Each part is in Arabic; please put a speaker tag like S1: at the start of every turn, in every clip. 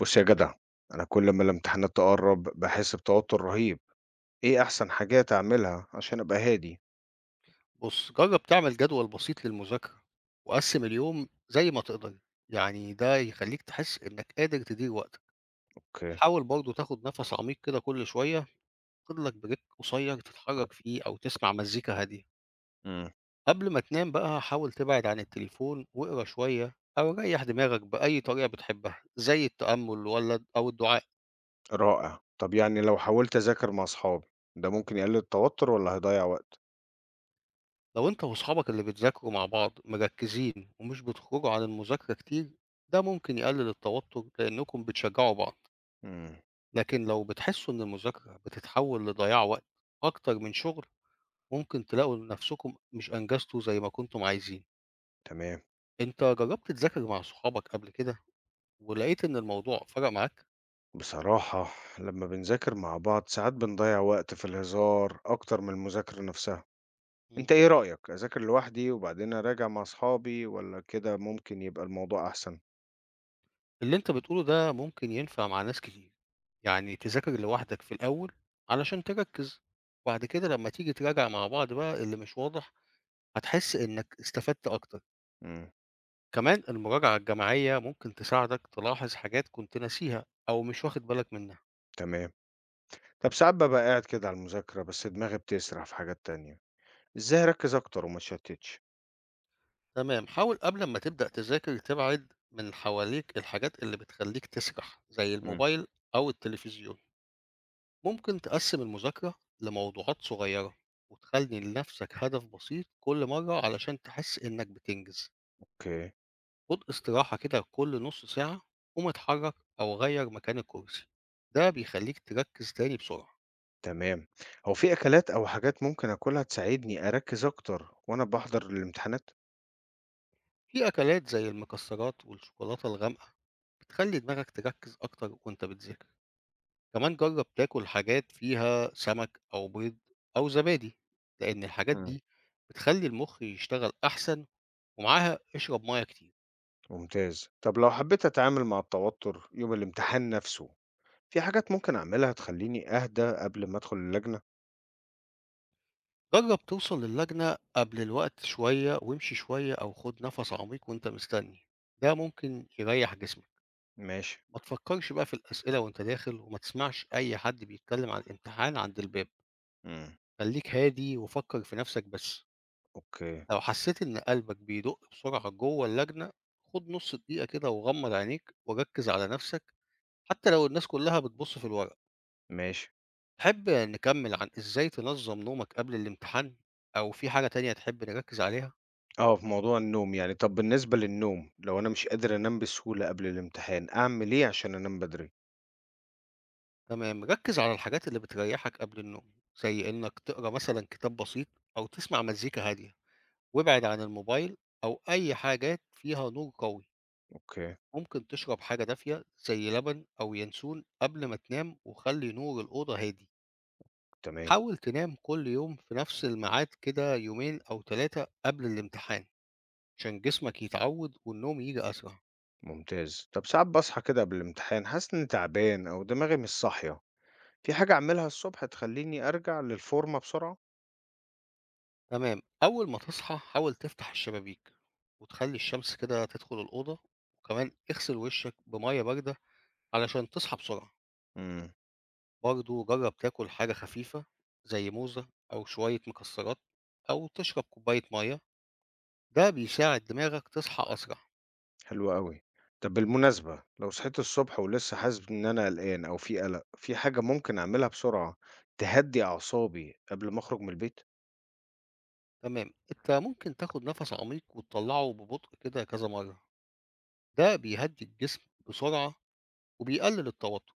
S1: بُص يا جدع، أنا كل ما الامتحانات تقرّب باحس بتوتر رهيب، إيه أحسن حاجات أعملها عشان أبقى هادي؟
S2: بُص، جرّب تعمل جدول بسيط للمذاكرة، وقسّم اليوم زي ما تقدر، يعني ده يخلّيك تحس إنك قادر تدير وقتك.
S1: أوكي،
S2: حاول برضه تاخد نَفَس عميق كده كل شوية، خُد لك break قصيّر تتحرّك فيه أو تسمع مزيكا هادية.
S1: إمم،
S2: قبل ما تنام بقى حاول تبعد عن التليفون واقرا شوية أو ريّح دماغك بأي طريقة بتحبها، زي التأمُّل والّا د أو الدعاء.
S1: رائع. طب يعني لو حاولت أذاكر مع أصحابي، ده ممكن يقلل التوتر والّا هيضيّع وقت؟
S2: لو أنت وأصحابك اللي بتذاكروا مع بعض مركّزين ومش بتخرجوا عن المذاكرة كتير، ده ممكن يقلل التوتر لإنّكم بتشجّعوا بعض.
S1: إمم،
S2: لكن لو بتحسوا إن المذاكرة بتتحول لضياع وقت أكتر من شغل، ممكن تلاقوا نفسكم مش أنجزتوا زي ما كنتم عايزين.
S1: تمام.
S2: أنت جربت تذاكر مع صحابك قبل كده ولقيت إن الموضوع فرق معاك؟
S1: بصراحة لمّا بنذاكر مع بعض ساعات بنضيّع وقت في الهزار أكتر من المذاكرة نفسها.
S2: مم.
S1: أنت إيه رأيك، أذاكر لوحدي وبعدين أراجع مع أصحابي والّا كده ممكن يبقى الموضوع أحسن؟
S2: اللي أنت بتقوله ده ممكن ينفع مع ناس كتير، يعني تذاكر لوحدك في الأول علشان تركز، وبعد كده لما تيجي تراجع مع بعض بقى اللي مش واضح هتحس إنك استفدت أكتر.
S1: إمم،
S2: كمان المراجعة الجماعية ممكن تساعدك تلاحظ حاجات كنت ناسيها أو مش واخد بالك منها.
S1: تمام. طب ساعات بابقى قاعد كده على المذاكرة، بس دماغي بتسرح في حاجات تانية، إزاي أركّز أكتر وما أتشتتش؟
S2: تمام، حاول قبل ما تبدأ تذاكر تبعد من حواليك الحاجات اللي بتخليك تسرح زي
S1: إمم.
S2: الموبايل أو التلفزيون. ممكن تقسم المذاكرة لموضوعات صغيرة وتخلي لنفسك هدف بسيط كل مرة علشان تحس إنك بتنجز.
S1: أوكي،
S2: خد استراحة كده كل نص ساعة، قوم اتحرك أو غير مكان الكرسي، ده بيخليك تركز تاني بسرعة.
S1: تمام. هو في أكلات أو حاجات ممكن آكلها تساعدني أركّز أكتر وأنا باحضر الامتحانات؟
S2: في أكلات زي المكسرات والشوكولاتة الغامقة بتخلي دماغك تركز أكتر وأنت بتذاكر، كمان جرب تاكل حاجات فيها سمك أو بيض أو زبادي، لأن الحاجات
S1: إمم.
S2: دي بتخلي المخ يشتغل أحسن، ومعاها اشرب مية كتير.
S1: ممتاز. طب لو حبيت أتعامل مع التوتر يوم الامتحان نفسه، في حاجات ممكن أعملها تخلّيني أهدى قبل ما أدخل اللجنة؟
S2: جرب توصل للجنة قبل الوقت شوية وامشي شوية أو خد نفس عميق وانت مستني، ده ممكن يريح جسمك.
S1: ماشي.
S2: ما تفكرش بقى في الأسئلة وانت داخل وما تسمعش أي حد بيتكلم عن الامتحان عند الباب،
S1: إمم.
S2: خليك هادي وفكر في نفسك بس.
S1: أوكي،
S2: لو حسيت إن قلبك بيدق بسرعة جوه اللجنة، خد نص دقيقة كده وغمض عينيك وركز على نفسك، حتى لو الناس كلها بتبص في الورق.
S1: ماشي.
S2: تحب نكمل عن إزاي تنظم نومك قبل الامتحان، أو في حاجة تانية تحب نركز عليها؟
S1: آه، في موضوع النوم يعني، طب بالنسبة للنوم، لو أنا مش قادر أنام بسهولة قبل الامتحان، أعمل إيه عشان أنام بدري؟
S2: تمام، ركز على الحاجات اللي بتريحك قبل النوم، زي إنك تقرأ مثلا كتاب بسيط أو تسمع مزيكا هادية، وابعد عن الموبايل أو أي حاجات فيها نور قوي.
S1: أوكي.
S2: ممكن تشرب حاجة دافية زي لبن أو ينسون قبل ما تنام وخلي نور الأوضة هادي.
S1: تمام،
S2: حاول تنام كل يوم في نفس الميعاد كده يومين أو ثلاثة قبل الامتحان عشان جسمك يتعود والنوم يجي أسرع.
S1: طب ساعات باصحى كده قبل الامتحان حاسس إني تعبان أو دماغي مش صاحية، في حاجة أعملها الصبح تخلّيني أرجع للفورمة بسرعة؟
S2: تمام، أول ما تصحى حاول تفتح الشبابيك وتخلي الشمس كده تدخل الأوضة، وكمان اغسل وشك بمية باردة علشان تصحى بسرعة.
S1: إمم،
S2: برضو جرب تاكل حاجة خفيفة زي موزة أو شوية مكسرات أو تشرب كوباية مية، ده بيساعد دماغك تصحى أسرع.
S1: حلو أوي. طب بالمناسبة لو صحيت الصبح ولسه حاسس إن أنا قلقان أو في قلق، في حاجة ممكن أعملها بسرعة تهدّي أعصابي قبل ما أخرج من البيت؟
S2: تمام، انت ممكن تاخد نفس عميق وتطلعه ببطء كده كذا مرة، ده بيهدّي الجسم بسرعة وبيقلل التوتر،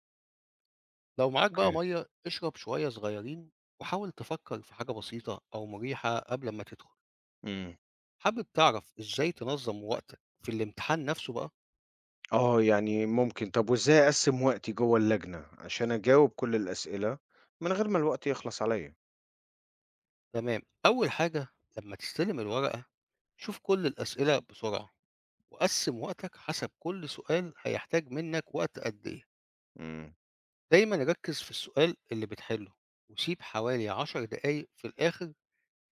S2: لو معاك بقى
S1: أوكي.
S2: مَيّة اشرب شوية صغيّرين. وحاول تفكّر في حاجة بسيطة أو مُريحة قبل أمّا تدخل.
S1: إمم.
S2: حابب تعرف إزاي تنظّم وقتك في الامتحان نَفْسه بقى؟
S1: آه، يعني ممكن. طب وإزاي أقسّم وقتي جوّه اللجنة عشان أجاوب كل الأسئلة من غير ما الوقت يخلص عليّا؟
S2: تمام، أول حاجة لمّا تستلم الورقة شوف كل الأسئلة بسرعة وقسِّم وقتك حسب كل سؤال هيحتاج منّك وقت قد إيه.
S1: إمم،
S2: دايمًا ركِّز في السؤال اللي بتحلّه وسيب حوالي 10 دقايق في الآخر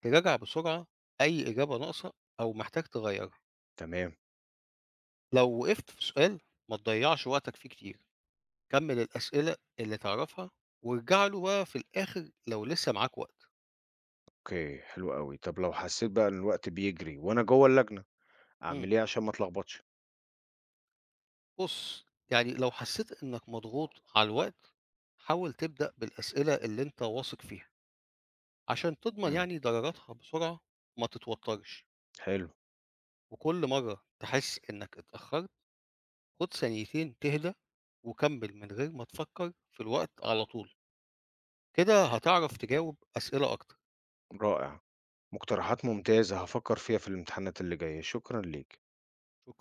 S2: تراجع بسرعة أي إجابة ناقصة أو محتاج تغيّرها.
S1: تمام.
S2: لو وقفت في سؤال ما تضيّعش وقتك فيه كتير، كمّل الأسئلة اللي تعرفها وارجع له بقى في الآخر لو لسه معاك وقت.
S1: أوكي، حلو أوي. طب لو حسيت بقى إن الوقت بيجري وأنا جوّه اللجنة،
S2: إمم.
S1: أعمل إيه عشان ما أتلخبطش؟
S2: بُص، يعني لو حسّيت إنّك مضغوط على الوقت، حاول تبدأ بالأسئلة اللي أنت واثق فيها عشان تضمن
S1: إمم.
S2: يعني درجاتها بسرعة وما تتوتّرش.
S1: حلو،
S2: وكل مرّة تحس إنّك اتأخّرت، خُد ثانيتين تهدى وكمّل من غير ما تفكّر في الوقت على طول، كده هتعرف تجاوب أسئلة أكتر.
S1: رائع، مقترحات ممتازة هافكّر فيها في الامتحانات اللي جاية، شكرًا ليك.
S2: شكرًا.